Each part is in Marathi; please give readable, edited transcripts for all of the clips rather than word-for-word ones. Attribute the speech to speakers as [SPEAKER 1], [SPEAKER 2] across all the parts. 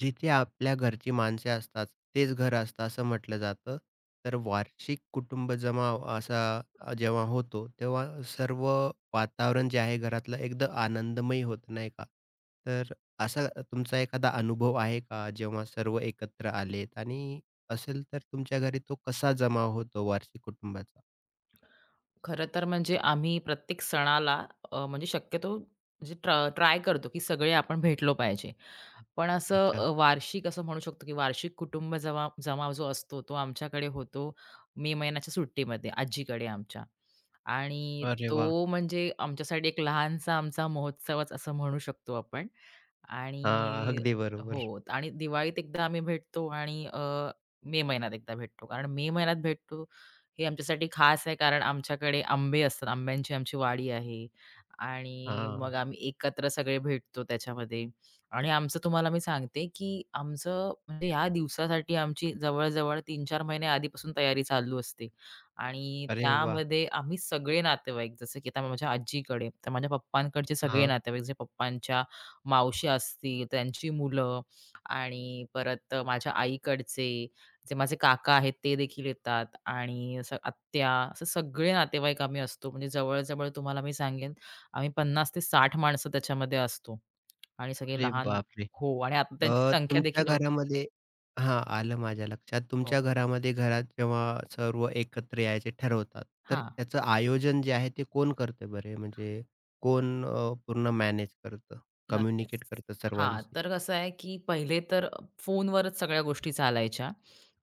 [SPEAKER 1] जिथे आपल्या घरची माणसे असतात, तेच घर असतं असं म्हटलं जातं. तर वार्षिक कुटुंब जमाव असा जेव्हा होतो, तेव्हा सर्व वातावरण जे आहे घरातलं एकदम आनंदमयी होतं, नाही का? तर असा तुमचा एखादा अनुभव आहे का, जेव्हा सर्व एकत्र आलेत आणि असेल तर तुमच्या घरी तो कसा जमाव होतो वार्षिक कुटुंबाचा?
[SPEAKER 2] खरं तर म्हणजे आम्ही प्रत्येक सणाला म्हणजे शक्यतो म्हणजे ट्राय करतो, की सगळे आपण भेटलो पाहिजे. पण असं
[SPEAKER 1] अच्छा.
[SPEAKER 2] वार्षिक असं म्हणू शकतो, की वार्षिक कुटुंब जमाव जो असतो, तो आमच्याकडे होतो मे महिन्याच्या सुट्टीमध्ये आजीकडे आमच्या. आणि
[SPEAKER 1] अरे वाह!
[SPEAKER 2] तो म्हणजे आमच्यासाठी एक लहानसा आमचा महोत्सवच असं म्हणू शकतो आपण.
[SPEAKER 1] हां,
[SPEAKER 2] आणि
[SPEAKER 1] अगदी बरोबर.
[SPEAKER 2] हो आणि दिवाळीत एकदा आम्ही भेटतो आणि मे महिन्यात एकदा भेटतो. कारण मे महिन्यात भेटतो हे आमच्यासाठी खास आहे कारण आमच्याकडे आंबे असतात. आंब्यांची आमची वाडी आहे आणि मग
[SPEAKER 1] हां.
[SPEAKER 2] आम्ही एकत्र सगळे भेटतो त्याच्यामध्ये आणि आमचं तुम्हाला मी सांगते, की आमचं म्हणजे ह्या दिवसासाठी आमची जवळ-जवळ 3-4 महिने आधीपासून तयारी चालू असते आणि
[SPEAKER 1] अरे वाह!
[SPEAKER 2] त्यामध्ये आम्ही सगळे नातेवाईक जसं की आता माझ्या आजीकडे, तर माझ्या पप्पांकडचे सगळे
[SPEAKER 1] हां.
[SPEAKER 2] नातेवाईक जे पप्पांच्या मावशी असतील, त्यांची मुलं आणि परत माझ्या आईकडचे जे माझे काका आहेत ते देखील येतात आणि असं आत्या, असं सगळे नातेवाईक आम्ही असतो. म्हणजे जवळ-जवळ तुम्हाला मी सांगेन आम्ही 50 ते 60 माणसं त्याच्यामध्ये असतो आणि सगळे
[SPEAKER 1] अरे
[SPEAKER 2] लहान
[SPEAKER 1] बापरे!
[SPEAKER 2] हो आणि आता त्यांची संख्या
[SPEAKER 1] तुमच्या
[SPEAKER 2] देखील हो.
[SPEAKER 1] घरामध्ये. हां, आलं माझ्या लक्षात.
[SPEAKER 2] हो.
[SPEAKER 1] तुमच्या घरामध्ये घरात जेव्हा सर्व एकत्र यायचे ठरवतात, तर
[SPEAKER 2] हां.
[SPEAKER 1] त्याचं आयोजन जे आहे ते कोण करतं बरे? म्हणजे कोण पूर्ण मॅनेज करतं,
[SPEAKER 2] नक्कीच.
[SPEAKER 1] कम्युनिकेट करतं
[SPEAKER 2] हा
[SPEAKER 1] सर्वांशी?
[SPEAKER 2] तर कसं आहे, की पहिले तर फोनवरच सगळ्या गोष्टी चालायच्या.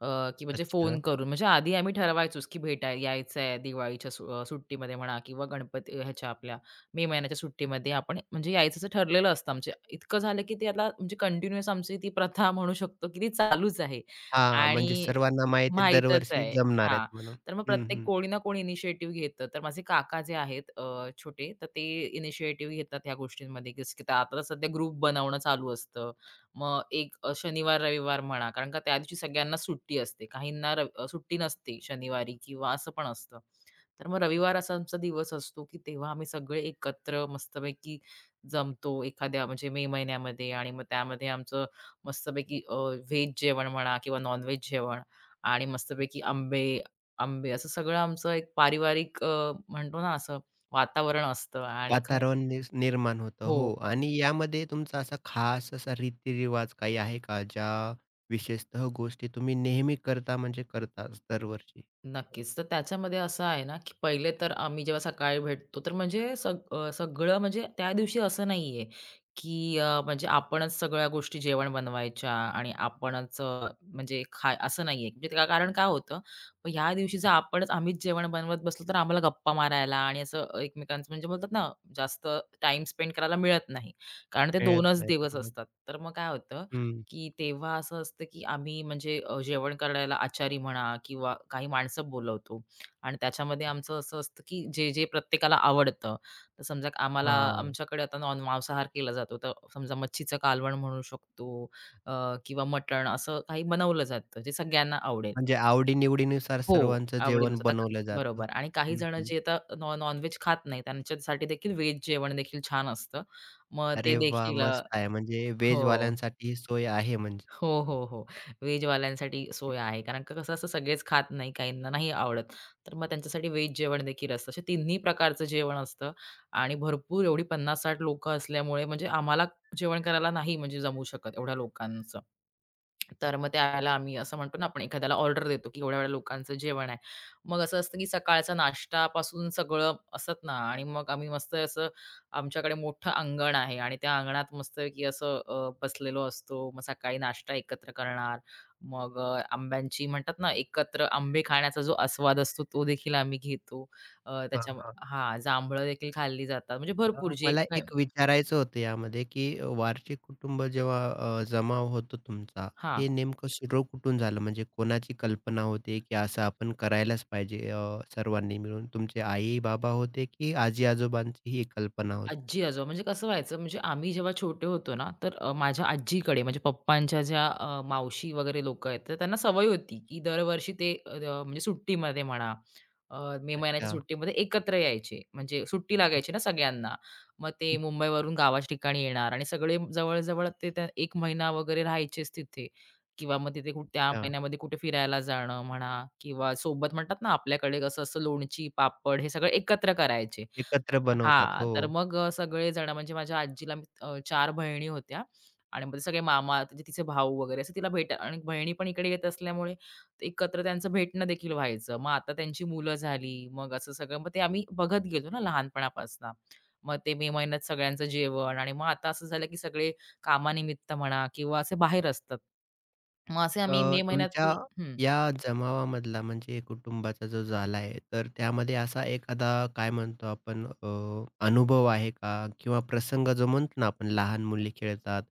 [SPEAKER 2] अ, की म्हणजे फोन
[SPEAKER 1] अच्छा.
[SPEAKER 2] करून म्हणजे आधी आम्ही ठरवायचोच, की भेटाय यायचंय दिवाळीच्या सुट्टीमध्ये म्हणा किंवा गणपती ह्याच्या आपल्या मे महिन्याच्या सुट्टीमध्ये आपण म्हणजे यायचं असं ठरलेलं असतं. म्हणजे इतकं झालं, की ते आता म्हणजे कंटिन्यूअस आमची ती प्रथा म्हणू शकतो, की ती चालूच आहे
[SPEAKER 1] हां, म्हणजे
[SPEAKER 2] आणि
[SPEAKER 1] सर्वांना माहिती आहे
[SPEAKER 2] माहीतच
[SPEAKER 1] दरवर्षी
[SPEAKER 2] आहे.
[SPEAKER 1] जमणार आहेत
[SPEAKER 2] हां.
[SPEAKER 1] म्हणून.
[SPEAKER 2] तर मग
[SPEAKER 1] हं,
[SPEAKER 2] प्रत्येक
[SPEAKER 1] हं.
[SPEAKER 2] कोणी ना कोणी इनिशिएटिव्ह घेतं. तर माझे काका जे आहेत छोटे, तर ते इनिशिएटिव्ह घेतात ह्या गोष्टींमध्ये, जसं की आता तर सध्या ग्रुप बनवणं चालू असतं. मग एक शनिवार, रविवार म्हणा, कारण का त्या दिवशी सगळ्यांना सुट्टी असते. काहींना सुट्टी नसते शनिवारी किंवा असं पण असतं. तर मग रविवार असा आमचा दिवस असतो, की तेव्हा आम्ही सगळे एकत्र मस्तपैकी जमतो एखाद्या म्हणजे मे महिन्यामध्ये आणि मग त्यामध्ये आमचं मस्तपैकी व्हेज जेवण म्हणा किंवा नॉन जेवण आणि मस्तपैकी आंबे आंबे असं सगळं आमचं एक पारिवारिक म्हणतो ना असं वातावरण असतं आणि ख
[SPEAKER 1] वातावरण निस निर्माण होतं.
[SPEAKER 2] हो.
[SPEAKER 1] हो आणि यामध्ये तुमचा असा खास असा रीतिरिवाज काही आहे का, ज्या विशेषतः गोष्टी तुम्ही नेहमी करता म्हणजे करताच दरवर्षी?
[SPEAKER 2] नक्कीच. तर त्याच्यामध्ये असं आहे ना, की पहिले तर आम्ही जेव्हा सकाळी भेटतो, तर म्हणजे सगळं म्हणजे त्या दिवशी असं नाहीये, की म्हणजे आपणच सगळ्या गोष्टी जेवण बनवायच्या आणि आपणच म्हणजे खा असं नाहीये. म्हणजे त्या- कारण काय होतं, मग ह्या दिवशी जर आपणच आम्हीच जेवण बनवत बसलो, तर आम्हाला गप्पा मारायला आणि असं एकमेकांचं म्हणजे बोलतात ना, जास्त टाईम स्पेंड करायला मिळत नाही. कारण ते
[SPEAKER 1] मिळत
[SPEAKER 2] 2च
[SPEAKER 1] नाही.
[SPEAKER 2] दिवस
[SPEAKER 1] बरोबर.
[SPEAKER 2] असतात. तर मग काय होतं,
[SPEAKER 1] हं.
[SPEAKER 2] की तेव्हा असं असतं की आम्ही म्हणजे जेवण करायला आचारी म्हणा किंवा काही माणसं बोलवतो आणि त्याच्यामध्ये आमचं असं असतं की जे जे प्रत्येकाला आवडतं. तर समजा आम्हाला
[SPEAKER 1] हां.
[SPEAKER 2] आमच्याकडे आता नॉन मांसाहार केला जातो. तर समजा मच्छीचं कालवण म्हणू शकतो अ, किंवा मटण असं काही बनवलं जातं जे सगळ्यांना आवडेल.
[SPEAKER 1] म्हणजे आवडी-निवडीनुसार
[SPEAKER 2] हो,
[SPEAKER 1] सर्वांचं जेवण
[SPEAKER 2] आवडीनुसार. आता का-
[SPEAKER 1] बनवलं जातं.
[SPEAKER 2] बरोबर आणि काही
[SPEAKER 1] हं,
[SPEAKER 2] जण
[SPEAKER 1] हं.
[SPEAKER 2] जे आता नॉन खात नाही त्यांच्यासाठी देखील व्हेज जेवण देखील छान असतं. मग ते
[SPEAKER 1] अरे वाह!
[SPEAKER 2] देखील
[SPEAKER 1] मस्त आहे. म्हणजे
[SPEAKER 2] हो.
[SPEAKER 1] व्हेजवाल्यांसाठी ही सोय आहे म्हणजे.
[SPEAKER 2] हो, हो, हो. व्हेजवाल्यांसाठी सोय आहे. कारण का कसं असं सगळेच खात नाही, काहींना नाही आवडत. तर मग त्यांच्यासाठी व्हेज जेवण देखील असतं. असे तिन्ही प्रकारचं जेवण असतं आणि भरपूर एवढी 50-60 लोकं असल्यामुळे म्हणजे आम्हाला जेवण करायला नाही म्हणजे जमू शकत एवढ्या लोकांचं. तर मग त्याला आम्ही असं म्हणतो ना, आपण एखाद्याला ऑर्डर देतो, की एवढ्या-एवढ्या लोकांचं जेवण आहे. मग असं असतं, की सकाळचा नाश्तापासून सगळं असत ना आणि मग आम्ही मस्त असं आमच्याकडे मोठं अंगण आहे आणि त्या अंगणात मस्तपैकी असं बसलेलो असतो. मग सकाळी नाश्ता एकत्र करणार. मग आंब्यांची म्हणतात ना, एकत्र आंबे खाण्याचा जो आस्वाद असतो, तो देखील आम्ही घेतो. अ,
[SPEAKER 1] हां,
[SPEAKER 2] त्याच्या
[SPEAKER 1] हां.
[SPEAKER 2] हां, जांभळं देखील खाल्ली जातात. म्हणजे भरपूर जे
[SPEAKER 1] मला
[SPEAKER 2] काय
[SPEAKER 1] एक विचारायचं होतं यामध्ये, की वार्षिक कुटुंब जेव्हा जमाव होतो तुमचा,
[SPEAKER 2] हां.
[SPEAKER 1] हे नेमकं सुरू कुठून झालं? म्हणजे कोणाची कल्पना होती, की असं आपण करायलाच पाहिजे सर्वांनी मिळून? तुमचे आई-बाबा होते, की आजी-आजोबांची ही कल्पना होती?
[SPEAKER 2] आजी-आजोबा म्हणजे कसं व्हायचं म्हणजे आम्ही जेव्हा छोटे होतो ना, तर माझ्या आजीकडे म्हणजे पप्पांच्या ज्या मावशी वगैरे लोकं आहेत, तर त्यांना सवय होती, की दरवर्षी ते म्हणजे सुट्टीमध्ये म्हणा, मे महिन्याच्या
[SPEAKER 1] अच्छा.
[SPEAKER 2] सुट्टीमध्ये एकत्र यायचे. म्हणजे सुट्टी लागायची ना सगळ्यांना. मग ते मुंबईवरून गावाच्या ठिकाणी येणार आणि सगळे जवळ ते त्या 1 महिना वगैरे राहायचेच तिथे किंवा मग तिथे कुठे त्या
[SPEAKER 1] अच्छा.
[SPEAKER 2] महिन्यामध्ये कुठे फिरायला जाणं म्हणा किंवा सोबत म्हणतात ना, आपल्याकडे कसं असतं लोणची, पापड हे सगळं एकत्र करायचे.
[SPEAKER 1] एकत्र बनवतात.
[SPEAKER 2] हां,
[SPEAKER 1] हो.
[SPEAKER 2] तर मग सगळेजण म्हणजे माझ्या आजीला मी 4 बहिणी होत्या आणि मग ते सगळे मामा, म्हणजे तिचे भाऊ वगैरे असं तिला भेट आणि बहिणी पण इकडे येत असल्यामुळे ते एकत्र त्यांचं भेटणं देखील व्हायचं. मग आता त्यांची मुलं झाली, मग असं सगळं मग ते आम्ही बघत गेलो ना लहानपणापासून. मग ते मे महिन्यात सगळ्यांचं जेवण आणि मग आता असं झालं की सगळे कामानिमित्त म्हणा किंवा असे बाहेर असतात. मग असे आम्ही
[SPEAKER 1] अ,
[SPEAKER 2] मे महिन्यात
[SPEAKER 1] तुमच्या
[SPEAKER 2] हं.
[SPEAKER 1] या जमावामधला म्हणजे कुटुंबाचा जो झाला आहे, तर त्यामध्ये असा एखादा काय म्हणतो आपण अनुभव आहे का? किंवा प्रसंग जो म्हणतो ना आपण लहान मुली खेळतात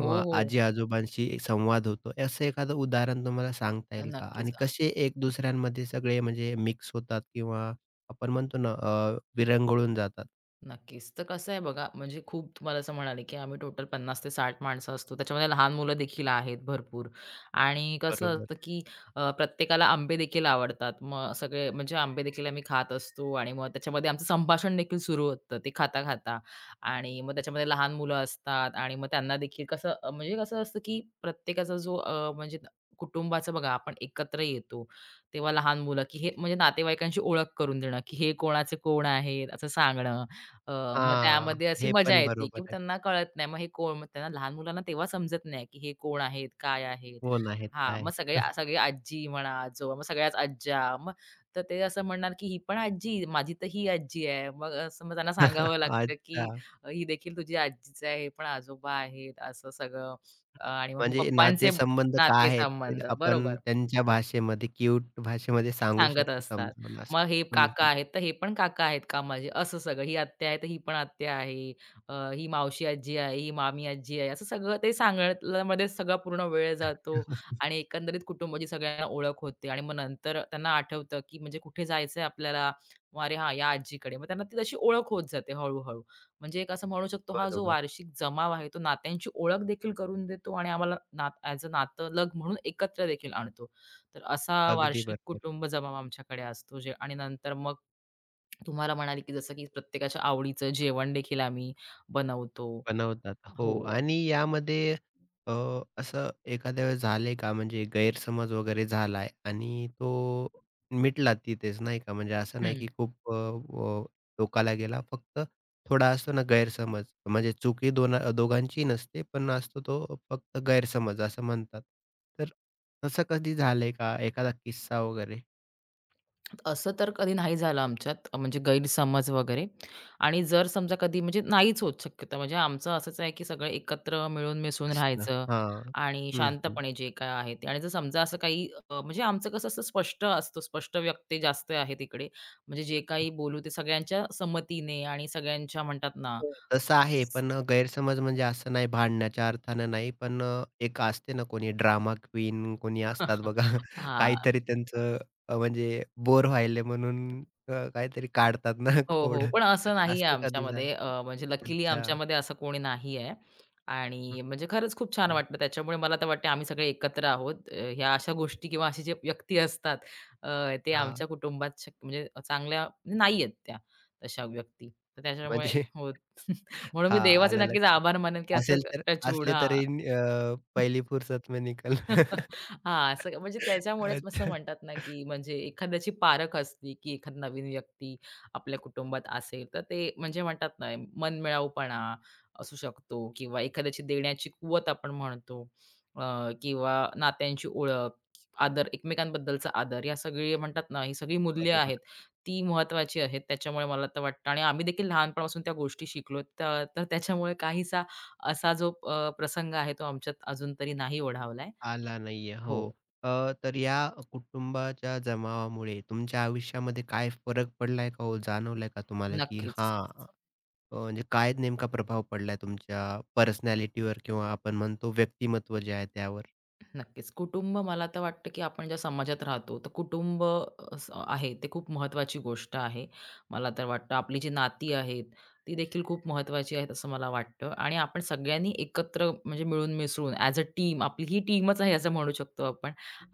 [SPEAKER 2] हो, हो.
[SPEAKER 1] आजी-आजोबांशी संवाद होतो. असं एखादं उदाहरण तुम्हाला सांगता येईल का? आणि
[SPEAKER 2] नक्कीच.
[SPEAKER 1] कसे एक दुसऱ्यांमध्ये सगळे म्हणजे मिक्स होतात किंवा आपण म्हणतो ना विरंगुळून जातात?
[SPEAKER 2] नक्कीच. तर कसं आहे बघा, म्हणजे खूप तुम्हाला असं म्हणाले, की आम्ही टोटल 50 ते 60 माणसं असतो. त्याच्यामध्ये लहान मुलं देखील आहेत भरपूर आणि कसं
[SPEAKER 1] बरोबर.
[SPEAKER 2] असतं, की प्रत्येकाला आंबे देखील आवडतात. मग सगळे म्हणजे आंबे देखील आम्ही खात असतो आणि मग त्याच्यामध्ये आमचं संभाषण देखील सुरू होतं ते खाता-खाता आणि मग त्याच्यामध्ये लहान मुलं असतात आणि मग त्यांना देखील कसं म्हणजे कसं असतं, की प्रत्येकाचा जो म्हणजे कुटुंबाचं बघा आपण एकत्र येतो, तेव्हा लहान मुलं, की हे म्हणजे नातेवाईकांची ओळख करून देणं, की हे कोणाचे कोण आहेत असं सांगणं अ, मग
[SPEAKER 1] हां,
[SPEAKER 2] त्यामध्ये अशी
[SPEAKER 1] हे
[SPEAKER 2] मजा
[SPEAKER 1] पण
[SPEAKER 2] येते,
[SPEAKER 1] बरोबर
[SPEAKER 2] की
[SPEAKER 1] आहे.
[SPEAKER 2] त्यांना कळत नाही. मग हे कोण? मग त्यांना लहान मुलांना तेव्हा समजत नाही, की हे कोण आहेत? काय आहेत?
[SPEAKER 1] कोण आहेत?
[SPEAKER 2] हां, मग
[SPEAKER 1] काय?
[SPEAKER 2] सगळे सगळे आजी म्हणा, आजोबा, मग सगळ्याच आज्या. मग तर ते असं म्हणणार, की "ही पण आजी, माझी तर ही आजी आहे." मग असं मग त्यांना सांगावं लागतं, की
[SPEAKER 1] अच्छा.
[SPEAKER 2] "ही देखील तुझी आजीच आहे, हे पण आजोबा आहेत." असं सगळं. आणि मग
[SPEAKER 1] म्हणजे
[SPEAKER 2] पप्पांचे
[SPEAKER 1] नातेसंबंध काय आहेत ते
[SPEAKER 2] नातेसंबंध.
[SPEAKER 1] आपण
[SPEAKER 2] बरोबर.
[SPEAKER 1] त्यांच्या भाषेमध्ये क्यूट भाषेमध्ये सांगू
[SPEAKER 2] सांगत
[SPEAKER 1] शकतो
[SPEAKER 2] असतात.
[SPEAKER 1] समजावून असं.
[SPEAKER 2] मग हे
[SPEAKER 1] हं,
[SPEAKER 2] काका
[SPEAKER 1] हं.
[SPEAKER 2] आहेत, तर हे पण काका आहेत का माझे? असं सगळं. ही आत्या आहे, तर ही पण आत्या आहे. ही मावशी आजी आहे, ही मामी आजी आहे. असं सगळं ते सांगण्यामध्ये सगळा पूर्ण वेळ जातो आणि एकंदरीत कुटुंबाची सगळ्यांना ओळख होते आणि मग नंतर त्यांना आठवतं, की म्हणजे कुठे जायचंय आपल्याला? मग अरे हां, या आजीकडे. मग त्यांना ती तशी ओळख होत जाते हळू म्हणजे एक असं म्हणू शकतो हा जो
[SPEAKER 1] बरोबर.
[SPEAKER 2] वार्षिक जमाव आहे, तो नात्यांची ओळख देखील करून देतो आणि आम्हाला नात ॲज अ नातं लग म्हणून एकत्र देखील आणतो. तर असा
[SPEAKER 1] अगदी
[SPEAKER 2] वार्षिक
[SPEAKER 1] बरोबर.
[SPEAKER 2] कुटुंब जमाव आमच्याकडे असतो जे आणि नंतर मग तुम्हाला म्हणाले, की जसं की प्रत्येकाच्या आवडीचं जेवण देखील आम्ही बनवतो.
[SPEAKER 1] बनवतात. हो
[SPEAKER 2] हो.
[SPEAKER 1] आणि यामध्ये अ, असं एखाद्या वेळेस झालंय का म्हणजे गैरसमज वगैरे झालाय आणि तो मिटला तिथेच नाही का? म्हणजे असं नाही
[SPEAKER 2] हं.
[SPEAKER 1] की खूप अ, अ, टोकाला गेला. फक्त थोडा असतो ना गैरसमज म्हणजे चुकी दोन दोघांची नसते, पण असतो तो फक्त गैरसमज असं म्हणतात. तर तसं कधी झालंय का? एखादा किस्सा वगैरे
[SPEAKER 2] असं तर कधी नाही झालं आमच्यात म्हणजे गैरसमज वगैरे आणि जर समजा कधी म्हणजे नाहीच होत शक्यतो म्हणजे आमचं असंच आहे, की सगळं एकत्र मिळून मिसळून
[SPEAKER 1] असतं?
[SPEAKER 2] राहायचं
[SPEAKER 1] हां.
[SPEAKER 2] आणि
[SPEAKER 1] हं.
[SPEAKER 2] शांतपणे जे काय आहे ते आणि जर समजा असं काही म्हणजे आमचं कसं असं स्पष्ट असतं, स्पष्ट व्यक्ती जास्त आहे तिकडे. म्हणजे जे काही बोलू ते सगळ्यांच्या संमतीने आणि सगळ्यांच्या म्हणतात ना
[SPEAKER 1] हो, तसं आहे. पण गैरसमज म्हणजे असं नाही भांडण्याच्या अर्थानं नाही. पण एक असते ना कोणी ड्रामा क्वीन कोणी असतात बघा.
[SPEAKER 2] हां.
[SPEAKER 1] काहीतरी त्यांचं म्हणजे बोर व्हायले म्हणून काहीतरी काढतात ना
[SPEAKER 2] हो,
[SPEAKER 1] खोड.
[SPEAKER 2] हो. पण
[SPEAKER 1] तर
[SPEAKER 2] असं नाही आहे
[SPEAKER 1] असं कधी झालं?
[SPEAKER 2] आमच्यामध्ये म्हणजे लकीली
[SPEAKER 1] अच्छा.
[SPEAKER 2] आमच्यामध्ये असं कोणी नाही आहे
[SPEAKER 1] हं,
[SPEAKER 2] आणि म्हणजे खरंच खूप छान
[SPEAKER 1] हं.
[SPEAKER 2] वाटलं. त्याच्यामुळे मला तर वाटते आम्ही सगळे एकत्र आहोत. ह्या अशा गोष्टी किंवा अशी जे व्यक्ती असतात ते आमच्या कुटुंबात शक्य म्हणजे चांगल्या म्हणजे नाही आहेत त्या तशा व्यक्ती. तर त्याच्यामुळे
[SPEAKER 1] म्हणजे
[SPEAKER 2] हो. म्हणून मी
[SPEAKER 1] हां,
[SPEAKER 2] देवाचे
[SPEAKER 1] आलं
[SPEAKER 2] नक्कीच
[SPEAKER 1] लक्षात.
[SPEAKER 2] आभार मानेन, की असं
[SPEAKER 1] असेल तर
[SPEAKER 2] टचवूड
[SPEAKER 1] असले
[SPEAKER 2] हां.
[SPEAKER 1] तरी पहिली फुर्सत में निकल.
[SPEAKER 2] हां, असं म्हणजे त्याच्यामुळेच असं
[SPEAKER 1] अच्छा.
[SPEAKER 2] म्हणतात ना, की म्हणजे एखाद्याची पारख असली, की एखादी नवीन व्यक्ती आपल्या कुटुंबात असेल, तर ते म्हणजे म्हणतात ना, मनमिळाऊपणा असू शकतो किंवा एखाद्याची देण्याची कुवत आपण म्हणतो किंवा नात्यांची ओळख, आदर, एकमेकांबद्दलचा आदर, या सगळी म्हणतात ना, ही सगळी मूल्य
[SPEAKER 1] बरोबर.
[SPEAKER 2] आहेत, ती महत्त्वाची आहेत. त्याच्यामुळे मला तर वाटतं आणि आम्ही देखील लहानपणापासून त्या गोष्टी शिकलो. तर तर त्याच्यामुळे काहीसा असा जो प्रसंग आहे, तो आमच्यात अजून तरी नाही ओढावला
[SPEAKER 1] आला नाहीये. हो.
[SPEAKER 2] हो,
[SPEAKER 1] तर या कुटुंबाच्या जमावामुळे तुमच्या आयुष्यामध्ये काय फरक पडलाय का हो? जाणवलाय का तुम्हाला, की
[SPEAKER 2] नक्कीच.
[SPEAKER 1] हां, म्हणजे काय नेमका प्रभाव पडलाय तुमच्या पर्सनॅलिटीवर किंवा आपण म्हणतो व्यक्तिमत्व जे आहे त्यावर?
[SPEAKER 2] नक्कीच. कुटुंब मला तर वाटतं, की आपण ज्या समाजात राहतो, तर कुटुंब स आहे ते खूप महत्त्वाची गोष्ट आहे. मला तर वाटतं आपली जी नाती आहेत, ती देखील खूप महत्त्वाची आहेत असं मला वाटतं आणि आपण सगळ्यांनी एकत्र म्हणजे मिळून मिसळून ॲज अ टीम आपली ही टीमच आहे असं म्हणू शकतो आपण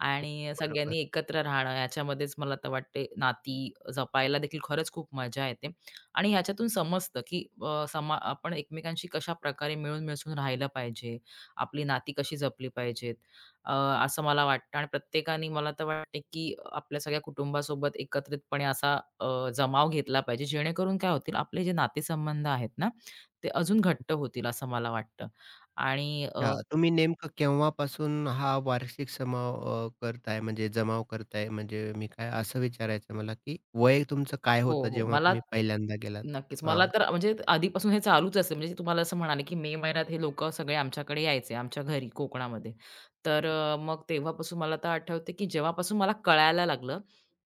[SPEAKER 2] आणि
[SPEAKER 1] बरोबर.
[SPEAKER 2] सगळ्यांनी एकत्र राहणं याच्यामध्येच मला तर वाटते नाती जपायला देखील खरंच खूप मजा येते आणि ह्याच्यातून समजतं, की समा आपण एकमेकांशी कशाप्रकारे मिळून मिसळून राहिलं पाहिजे, आपली नाती कशी जपली पाहिजेत. अ, असं मला वाटतं आणि प्रत्येकाने मला तर वाटते, की आपल्या सगळ्या कुटुंबासोबत एकत्रितपणे असा जमाव घेतला पाहिजे. जेणेकरून काय होतील आपले जे नातेसंबंध आहेत ना, ते अजून घट्ट होतील असं मला वाटतं. आणि अ,
[SPEAKER 1] अच्छा. तुम्ही नेमकं केव्हापासून हा वार्षिक समाव करताय म्हणजे जमाव करताय? म्हणजे मी काय असं विचारायचं मला, की वय तुमचं काय
[SPEAKER 2] हो,
[SPEAKER 1] होतं
[SPEAKER 2] हो.
[SPEAKER 1] जेव्हा
[SPEAKER 2] मला
[SPEAKER 1] तुम्ही पहिल्यांदा गेलात?
[SPEAKER 2] नक्कीच. मला
[SPEAKER 1] हां,
[SPEAKER 2] तर म्हणजे आधीपासून हे चालूच असेल. म्हणजे तुम्हाला असं म्हणाले, की मे महिन्यात हे लोकं सगळे आमच्याकडे यायचे, आमच्या घरी कोकणामध्ये. तर मग तेव्हापासून मला तर आठवते, की जेव्हापासून मला कळायला लागलं,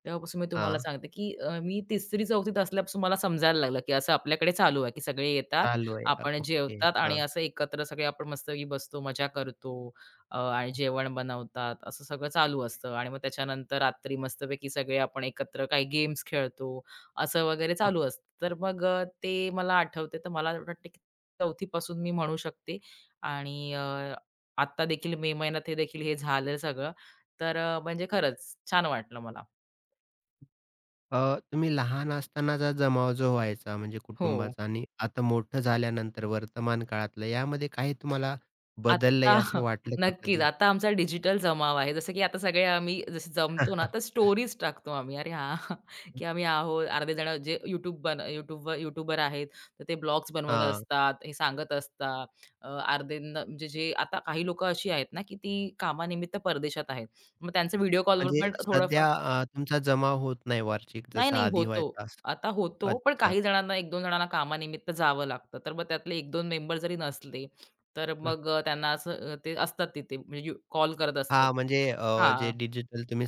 [SPEAKER 2] तेव्हापासून मी तुम्हाला
[SPEAKER 1] हां.
[SPEAKER 2] सांगते, की मी 3री-4थीत असल्यापासून मला समजायला लागलं, की असं आपल्याकडे चालू आहे, की सगळे येतात,
[SPEAKER 1] चालू आहे. अ,
[SPEAKER 2] आपण
[SPEAKER 1] ओके.
[SPEAKER 2] जेवतात आणि
[SPEAKER 1] हां.
[SPEAKER 2] असं एकत्र सगळे आपण मस्तपैकी बसतो, मजा करतो आणि जेवण बनवतात. असं सगळं चालू असतं आणि मग त्याच्यानंतर रात्री मस्तपैकी सगळे आपण एकत्र काही गेम्स खेळतो असं वगैरे चालू असतं. तर मग ते मला आठवते. तर मला वाटतं, की 4थी पासून मी म्हणू शकते आणि आत्ता देखील मे महिन्यात हे देखील हे झालं सगळं. तर म्हणजे खरंच छान वाटलं मला.
[SPEAKER 1] अ, तुम्ही लहान असतानाचा जमाव जो व्हायचा म्हणजे
[SPEAKER 2] हो.
[SPEAKER 1] कुटुंबाचा आणि आता मोठं झाल्यानंतर वर्तमान काळातलं यामध्ये काही तुम्हाला
[SPEAKER 2] आत्ता
[SPEAKER 1] बदललंय असं वाटलं का
[SPEAKER 2] नक्कीच.
[SPEAKER 1] कधी?
[SPEAKER 2] आता आमचा डिजिटल जमाव आहे. जसं की आता सगळे आम्ही जसे जमतो ना, तर स्टोरीज टाकतो आम्ही. अरे हां, की आम्ही आहोत. अर्धे जण जे YouTubeवर यूट्यूबर आहेत, तर ते ब्लॉग्स बनवत
[SPEAKER 1] हां,
[SPEAKER 2] असतात, हे सांगत असतात. अ, अर्ध्यांना म्हणजे जे आता काही लोकं अशी आहेत ना, की ती कामानिमित्त परदेशात आहेत. मग त्यांचं व्हिडिओ कॉलवर
[SPEAKER 1] म्हणजे
[SPEAKER 2] पण थोडंफार
[SPEAKER 1] सध्या तुमचा जमाव होत नाही वार्षिक
[SPEAKER 2] नाही,
[SPEAKER 1] जसा
[SPEAKER 2] नाही
[SPEAKER 1] आधी
[SPEAKER 2] होतो.
[SPEAKER 1] व्हायचा असं.
[SPEAKER 2] आता होतो, पण
[SPEAKER 1] अच्छा.
[SPEAKER 2] काही जणांना एक दोन जणांना कामानिमित्त जावं लागतं. तर मग त्यातले एक दोन मेंबर जरी नसले, तर
[SPEAKER 1] हं.
[SPEAKER 2] मग त्यांना असं ते असतात तिथे म्हणजे कॉल करत असतात.
[SPEAKER 1] हां, म्हणजे जे
[SPEAKER 2] हां.
[SPEAKER 1] डिजिटल तुम्ही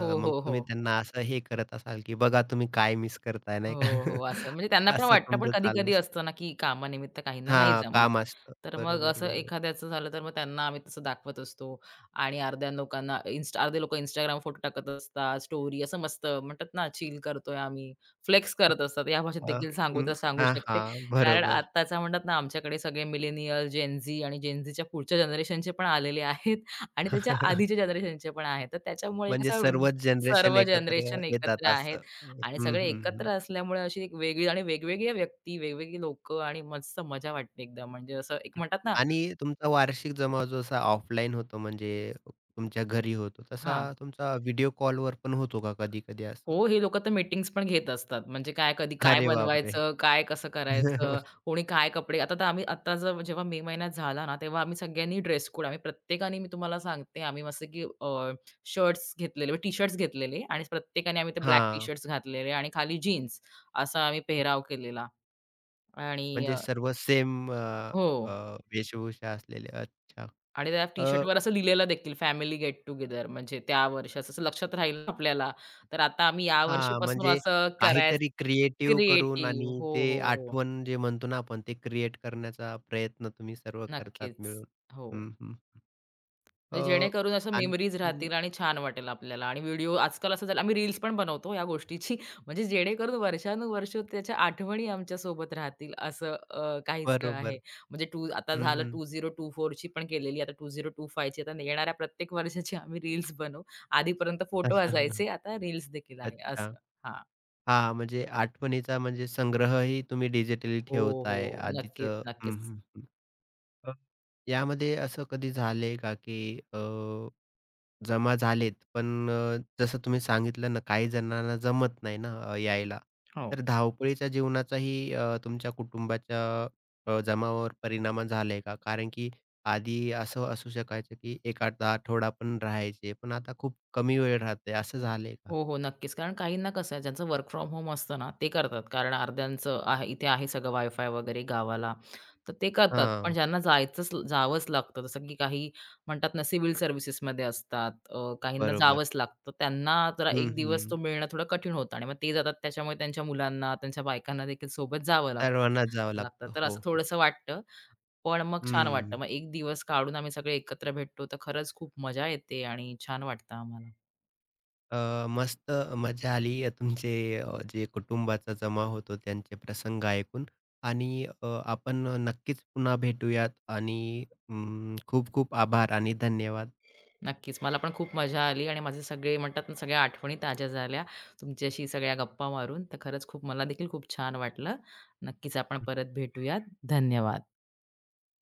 [SPEAKER 2] हो,
[SPEAKER 1] मग
[SPEAKER 2] हो, हो.
[SPEAKER 1] तुम्ही त्यांना असं हे करत असाल, की बघा तुम्ही काय मिस करताय नाही का?
[SPEAKER 2] हो, हो. असं म्हणजे त्यांना पण
[SPEAKER 1] असं
[SPEAKER 2] वाटतं, पण
[SPEAKER 1] तुमचं चालू
[SPEAKER 2] कधी-कधी
[SPEAKER 1] असतं.
[SPEAKER 2] असतं ना, की कामानिमित्त काहींना नाही
[SPEAKER 1] हां,
[SPEAKER 2] जमत.
[SPEAKER 1] काम असतं.
[SPEAKER 2] तर मग
[SPEAKER 1] बरोबर,
[SPEAKER 2] असं
[SPEAKER 1] बरोबर.
[SPEAKER 2] एखाद्याचं झालं, तर मग त्यांना आम्ही तसं दाखवत असतो आणि अर्ध्या लोकांना इन्स्ट अर्धे लोकं Instagram फोटो टाकत असतात, स्टोरी असं मस्त म्हणतात ना, चिल करतोय आम्ही, फ्लेक्स
[SPEAKER 1] हम्म.
[SPEAKER 2] करत असतात. या भाषेत
[SPEAKER 1] अ,
[SPEAKER 2] देखील सांगू तर
[SPEAKER 1] हं.
[SPEAKER 2] सांगू
[SPEAKER 1] हां,
[SPEAKER 2] शकते.
[SPEAKER 1] हां.
[SPEAKER 2] कारण
[SPEAKER 1] बरोबर.
[SPEAKER 2] आत्ताचा म्हणतात ना, आमच्याकडे सगळे मिलेनियल, जेन आणि जेन पुढच्या जनरेशनचे पण आलेले आहेत आणि त्याच्या आधीच्या जनरेशनचे पण आहेत. तर त्याच्यामुळे एक
[SPEAKER 1] म्हणजे
[SPEAKER 2] असा
[SPEAKER 1] सर्वच जनरेशन
[SPEAKER 2] सर्व
[SPEAKER 1] एकत्र
[SPEAKER 2] जनरेशन एकत्र
[SPEAKER 1] येतात
[SPEAKER 2] आहेत.
[SPEAKER 1] असं. हं,
[SPEAKER 2] आणि सगळे
[SPEAKER 1] हं,
[SPEAKER 2] एकत्र
[SPEAKER 1] हं.
[SPEAKER 2] असल्यामुळे अशी एक वेगळी आणि वेगवेगळ्या व्यक्ती, वेगवेगळी लोकं आणि मस्त मजा वाटते एकदम. म्हणजे असं एक म्हणतात ना.
[SPEAKER 1] आणि तुमचा वार्षिक जमाव जसा ऑफलाईन होतो म्हणजे तुमच्या घरी होतो, तसा
[SPEAKER 2] हां.
[SPEAKER 1] तुमचा व्हिडिओ कॉलवर पण होतो का कधी-कधी असं?
[SPEAKER 2] हो, हे लोकं तर मीटिंग्स पण घेत असतात. म्हणजे काय, कधी काय
[SPEAKER 1] अरे बापरे!
[SPEAKER 2] बनवायचं, काय कसं करायचं, कोणी काय कपडे आता तर आम्ही आता जर जेव्हा मे महिन्यात झाला ना, तेव्हा आम्ही सगळ्यांनी ड्रेस कोड आम्ही प्रत्येकाने मी तुम्हाला सांगते आम्ही मस्त की शर्ट्स घेतलेले, म्हणजे टी-शर्ट्स घेतलेले आणि प्रत्येकाने आम्ही ते ब्लॅक
[SPEAKER 1] हां,
[SPEAKER 2] टी-शर्ट्स घातलेले आणि खाली जीन्स असा आम्ही पेहराव केलेला आणि
[SPEAKER 1] म्हणजे सर्व सेम अ,
[SPEAKER 2] हो.
[SPEAKER 1] अ, वेशभूषा असलेले. अच्छा.
[SPEAKER 2] आणि त्या
[SPEAKER 1] अ,
[SPEAKER 2] टी-शर्टवर असं लिहिलेलं देखील फॅमिली गेट टुगेदर म्हणजे त्या वर्षाचं असं लक्षात राहील ना आपल्याला. तर आता आम्ही
[SPEAKER 1] हां,
[SPEAKER 2] यावर्षीपासून
[SPEAKER 1] म्हणजे
[SPEAKER 2] असं करायचं
[SPEAKER 1] काहीतरी क्रिएटिव्ह करून
[SPEAKER 2] क्रिएटिव्ह.
[SPEAKER 1] आणि
[SPEAKER 2] हो,
[SPEAKER 1] ते
[SPEAKER 2] हो, हो.
[SPEAKER 1] आठवण जे म्हणतो ना आपण ते क्रिएट करण्याचा प्रयत्न तुम्ही सर्व करतात
[SPEAKER 2] नक्कीच.
[SPEAKER 1] मिळून.
[SPEAKER 2] हो.
[SPEAKER 1] हं, हं. अ,
[SPEAKER 2] म्हणजे जेणेकरून असं मेमरीज
[SPEAKER 1] आणखीन
[SPEAKER 2] राहतील आणि छान वाटेल आपल्याला आणि व्हिडिओ आजकाल असं झालं आम्ही रील्स पण बनवतो या गोष्टीची म्हणजे जेणेकरून वर्षानुवर्ष त्याच्या आठवणी आमच्या सोबत राहतील असं काहीसं
[SPEAKER 1] बरोबर.
[SPEAKER 2] आहे. म्हणजे आता
[SPEAKER 1] हं,
[SPEAKER 2] झालं
[SPEAKER 1] हं.
[SPEAKER 2] 2024 ची पण केलेली आता 2025 ची आता येणाऱ्या प्रत्येक वर्षाची आम्ही रील्स बनवू. आधीपर्यंत फोटो असायचे, आता रील्स देखील आहे
[SPEAKER 1] अच्छा.
[SPEAKER 2] असं. हां.
[SPEAKER 1] हां, म्हणजे आठवणीचा म्हणजे संग्रहही तुम्ही डिजिटली
[SPEAKER 2] हो,
[SPEAKER 1] ठेवताय
[SPEAKER 2] हो. नक्कीच,
[SPEAKER 1] आधीचं. हं,
[SPEAKER 2] नक्कीच.
[SPEAKER 1] हं, हं. अ, यामध्ये असं कधी झालंय का, की अ जमा झालेत, पण जसं तुम्ही सांगितलं ना, काही जणांना जमत नाही ना यायला.
[SPEAKER 2] हो.
[SPEAKER 1] तर धावपळीच्या जीवनाचाही तुमच्या कुटुंबाच्या जमावावर परिणाम झालाय का? कारण की आधी असं असू शकायचं की 1 आठवडा पण राहायचे, पण आता खूप कमी वेळ राहते, असं झालंय का?
[SPEAKER 2] हो, हो. नक्कीच. कारण काहींना कसं आहे ज्यांचं वर्क फ्रॉम होम असतं ना, ते करतात. कारण अर्ध्यांचं आहे इथे आहे सगळं वायफाय वगैरे गावाला, तर ते करतात. पण
[SPEAKER 1] हां,
[SPEAKER 2] ज्यांना जायचंच जावंच लागतं, जसं की काही म्हणतात ना सिव्हिल सर्व्हिसेसमध्ये असतात, काहींना
[SPEAKER 1] बरोबर.
[SPEAKER 2] जावंच लागतं. त्यांना जरा
[SPEAKER 1] हं,
[SPEAKER 2] 1 दिवस
[SPEAKER 1] हं.
[SPEAKER 2] तो मिळणं थोडं कठीण होतं आणि मग ते जातात त्याच्यामुळे त्यांच्या मुलांना, त्यांच्या बायकांना देखील सोबत जावं लागतं
[SPEAKER 1] सर्वांनाच जावं
[SPEAKER 2] लागतं.
[SPEAKER 1] लागतं.
[SPEAKER 2] तर
[SPEAKER 1] हो,
[SPEAKER 2] असं
[SPEAKER 1] हो.
[SPEAKER 2] थोडंसं वाटतं, पण मग छान वाटतं.
[SPEAKER 1] हं.
[SPEAKER 2] मग 1 दिवस काढून आम्ही सगळे एकत्र भेटतो, तर खरंच खूप मजा येते आणि छान वाटतं आम्हाला.
[SPEAKER 1] अ, मस्त मजा आली तुमचे जे कुटुंबाचा जमा होतो त्यांचे प्रसंग ऐकून आणि आपण नक्कीच पुन्हा भेटूयात आणि अं, खूप खूप आभार आणि धन्यवाद.
[SPEAKER 2] नक्कीच. मला पण खूप मजा आली आणि माझे सगळे म्हणतात ना, सगळ्या आठवणी ताज्या झाल्या तुमच्याशी सगळ्या गप्पा मारून. तर खरंच खूप मला देखील खूप छान वाटलं. नक्कीच आपण परत भेटूयात. धन्यवाद.